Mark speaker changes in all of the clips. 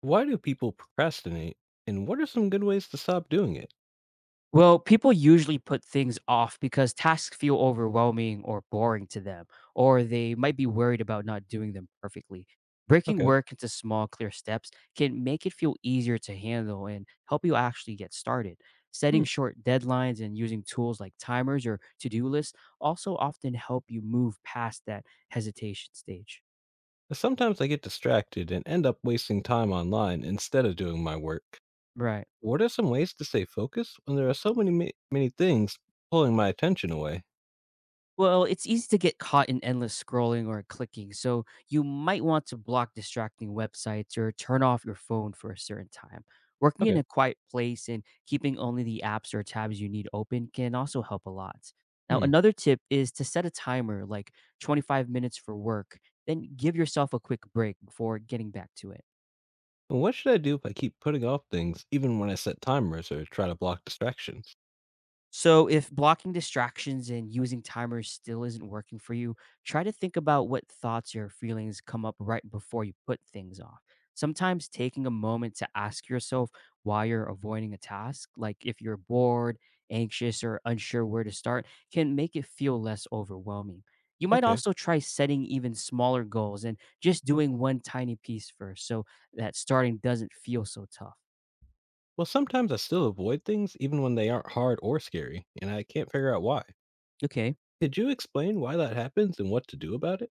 Speaker 1: Why do people procrastinate? And what are some good ways to stop doing it?
Speaker 2: Well, people usually put things off because tasks feel overwhelming or boring to them, or they might be worried about not doing them perfectly. Breaking
Speaker 1: Okay.
Speaker 2: work into small, clear steps can make it feel easier to handle and help you actually get started. Setting
Speaker 1: Hmm.
Speaker 2: short deadlines and using tools like timers or to do lists also often help you move past that hesitation stage.
Speaker 1: Sometimes I get distracted and end up wasting time online instead of doing my work.
Speaker 2: Right.
Speaker 1: What are some ways to stay focused when there are so many many things pulling my attention away?
Speaker 2: Well, it's easy to get caught in endless scrolling or clicking, so you might want to block distracting websites or turn off your phone for a certain time. Working in
Speaker 1: Okay.
Speaker 2: a quiet place and keeping only the apps or tabs you need open can also help a lot. Now,
Speaker 1: Hmm.
Speaker 2: another tip is to set a timer like 25 minutes for work, then give yourself a quick break before getting back to it.
Speaker 1: And what should I do if I keep putting off things even when I set timers or try to block distractions?
Speaker 2: So, if blocking distractions and using timers still isn't working for you, try to think about what thoughts or feelings come up right before you put things off. Sometimes taking a moment to ask yourself why you're avoiding a task, like if you're bored, anxious, or unsure where to start, can make it feel less overwhelming. You might
Speaker 1: Okay.
Speaker 2: also try setting even smaller goals and just doing one tiny piece first so that starting doesn't feel so tough.
Speaker 1: Well, sometimes I still avoid things even when they aren't hard or scary, and I can't figure out why.
Speaker 2: Okay.
Speaker 1: Could you explain why that happens and what to do about it?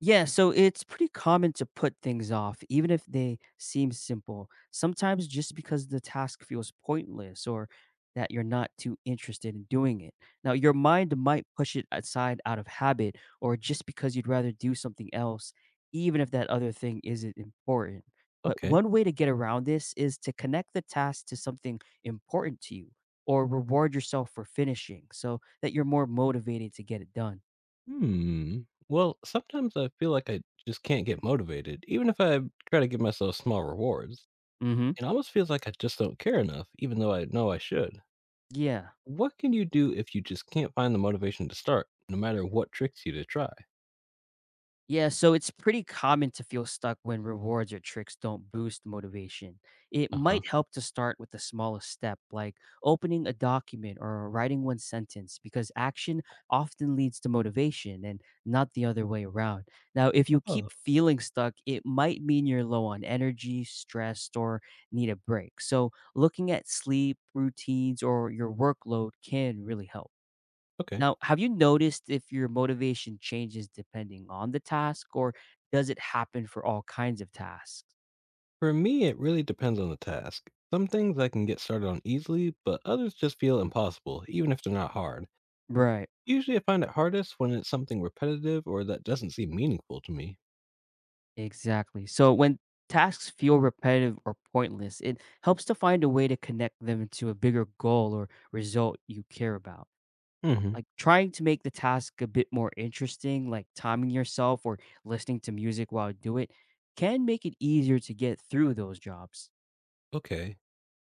Speaker 2: Yeah, so it's pretty common to put things off, even if they seem simple. Sometimes just because the task feels pointless or that you're not too interested in doing it. Now, your mind might push it aside out of habit or just because you'd rather do something else, even if that other thing isn't important. But
Speaker 1: Okay.
Speaker 2: one way to get around this is to connect the task to something important to you or reward yourself for finishing so that you're more motivated to get it done.
Speaker 1: Hmm. Well, sometimes I feel like I just can't get motivated, even if I try to give myself small rewards.
Speaker 2: Hmm.
Speaker 1: It almost feels like I just don't care enough, even though I know I should.
Speaker 2: Yeah.
Speaker 1: What can you do if you just can't find the motivation to start, no matter what tricks you to try?
Speaker 2: Yeah, so it's pretty common to feel stuck when rewards or tricks don't boost motivation. It
Speaker 1: Uh huh.
Speaker 2: might help to start with the smallest step, like opening a document or writing one sentence, because action often leads to motivation and not the other way around. Now, if you
Speaker 1: Oh,
Speaker 2: keep feeling stuck, it might mean you're low on energy, stressed, or need a break. So, looking at sleep, routines, or your workload can really help.
Speaker 1: okay.
Speaker 2: Now, have you noticed if your motivation changes depending on the task, or does it happen for all kinds of tasks?
Speaker 1: For me, it really depends on the task. Some things I can get started on easily, but others just feel impossible, even if they're not hard.
Speaker 2: Right,
Speaker 1: Usually I find it hardest when it's something repetitive or that doesn't seem meaningful to me.
Speaker 2: exactly. So when tasks feel repetitive or pointless, it helps to find a way to connect them to a bigger goal or result you care about.
Speaker 1: Mm hmm.
Speaker 2: Like trying to make the task a bit more interesting, like timing yourself or listening to music while you do it, can make it easier to get through those jobs.
Speaker 1: Okay.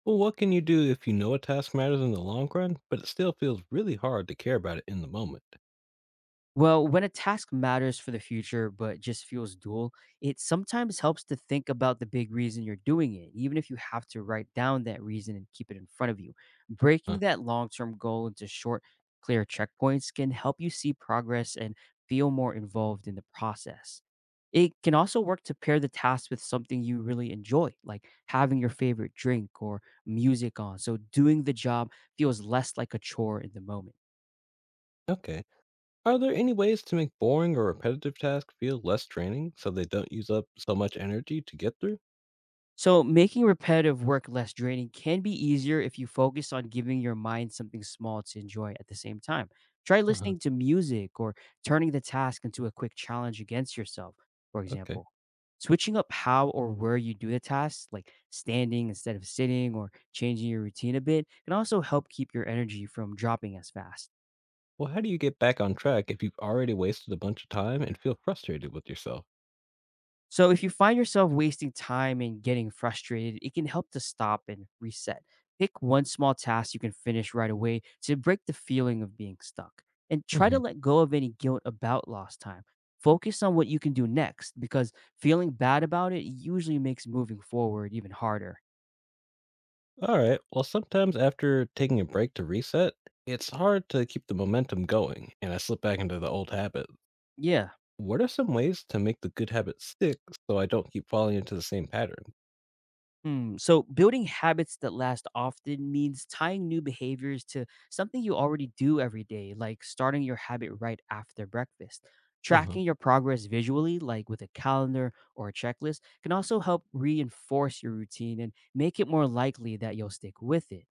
Speaker 1: Well, what can you do if you know a task matters in the long run, but it still feels really hard to care about it in the moment?
Speaker 2: Well, when a task matters for the future but just feels dual, it sometimes helps to think about the big reason you're doing it, even if you have to write down that reason and keep it in front of you.
Speaker 1: Huh.
Speaker 2: Breaking that long term goal into short, clear checkpoints can help you see progress and feel more involved in the process. It can also work to pair the task with something you really enjoy, like having your favorite drink or music on. So doing the job feels less like a chore in the moment.
Speaker 1: Okay. Are there any ways to make boring or repetitive tasks feel less draining so they don't use up so much energy to get through?
Speaker 2: So, making repetitive work less draining can be easier if you focus on giving your mind something small to enjoy at the same time. Try
Speaker 1: Uh-huh.
Speaker 2: listening to music or turning the task into a quick challenge against yourself, for
Speaker 1: Okay.
Speaker 2: example. Switching up how or where you do the tasks, like standing instead of sitting or changing your routine a bit, can also help keep your energy from dropping as fast.
Speaker 1: Well, how do you get back on track if you've already wasted a bunch of time and feel frustrated with yourself?
Speaker 2: So if you find yourself wasting time and getting frustrated, it can help to stop and reset. Pick one small task you can finish right away to break the feeling of being stuck and try to
Speaker 1: Hmm.
Speaker 2: let go of any guilt about lost time. Focus on what you can do next because feeling bad about it usually makes moving forward even harder.
Speaker 1: All right. Well, sometimes after taking a break to reset, it's hard to keep the momentum going, and I slip back into the old habit.
Speaker 2: Yeah.
Speaker 1: What are some ways to make the good habit stick so I don't keep falling into the same pattern?
Speaker 2: Hmm. So building habits that last often means tying new behaviors to something you already do every day, like starting your habit right after breakfast.
Speaker 1: Uh huh.
Speaker 2: Tracking your progress visually, like with a calendar or a checklist, can also help reinforce your routine and make it more likely that you'll stick with it.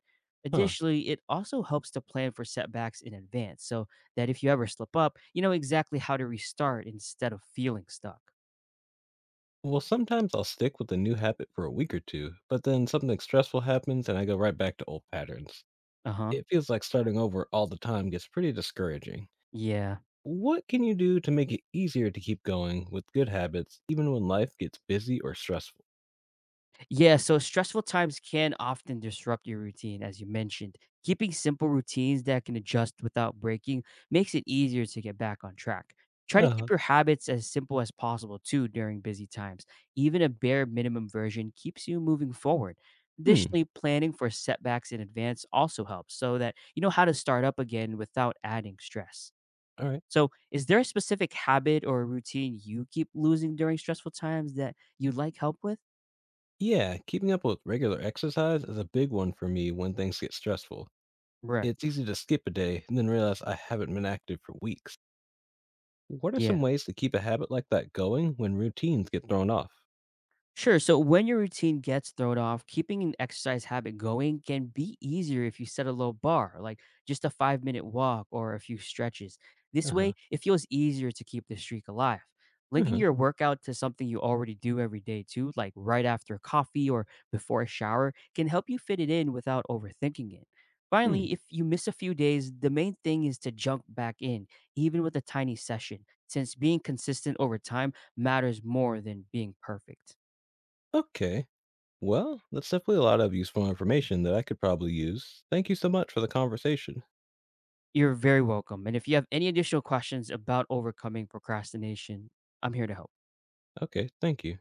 Speaker 1: Huh.
Speaker 2: Additionally, it also helps to plan for setbacks in advance so that if you ever slip up, you know exactly how to restart instead of feeling stuck.
Speaker 1: Well, sometimes I'll stick with a new habit for a week or two, but then something stressful happens and I go right back to old patterns.
Speaker 2: Uh huh.
Speaker 1: It feels like starting over all the time gets pretty discouraging.
Speaker 2: Yeah.
Speaker 1: What can you do to make it easier to keep going with good habits even when life gets busy or stressful?
Speaker 2: Yeah, so stressful times can often disrupt your routine, as you mentioned. Keeping simple routines that can adjust without breaking makes it easier to get back on track. Try
Speaker 1: Uh
Speaker 2: to
Speaker 1: huh.
Speaker 2: keep your habits as simple as possible, too, during busy times. Even a bare minimum version keeps you moving forward.
Speaker 1: Hmm.
Speaker 2: Additionally, planning for setbacks in advance also helps so that you know how to start up again without adding stress.
Speaker 1: All right.
Speaker 2: So, is there a specific habit or routine you keep losing during stressful times that you'd like help with?
Speaker 1: Yeah, keeping up with regular exercise is a big one for me when things get stressful.
Speaker 2: Right.
Speaker 1: It's easy to skip a day and then realize I haven't been active for weeks. What are some
Speaker 2: Yeah.
Speaker 1: ways to keep a habit like that going when routines get thrown off?
Speaker 2: Sure. So when your routine gets thrown off, keeping an exercise habit going can be easier if you set a low bar, like just a 5-minute walk or a few stretches.
Speaker 1: Uh
Speaker 2: This
Speaker 1: huh.
Speaker 2: way, it feels easier to keep the streak alive.
Speaker 1: Uh
Speaker 2: Linking
Speaker 1: huh.
Speaker 2: your workout to something you already do every day, too, like right after coffee or before a shower, can help you fit it in without overthinking it.
Speaker 1: Hmm.
Speaker 2: Finally, if you miss a few days, the main thing is to jump back in, even with a tiny session, since being consistent over time matters more than being perfect.
Speaker 1: Okay. Well, that's definitely a lot of useful information that I could probably use. Thank you so much for the conversation.
Speaker 2: You're very welcome. And if you have any additional questions about overcoming procrastination, I'm here to help.
Speaker 1: Okay. Thank you.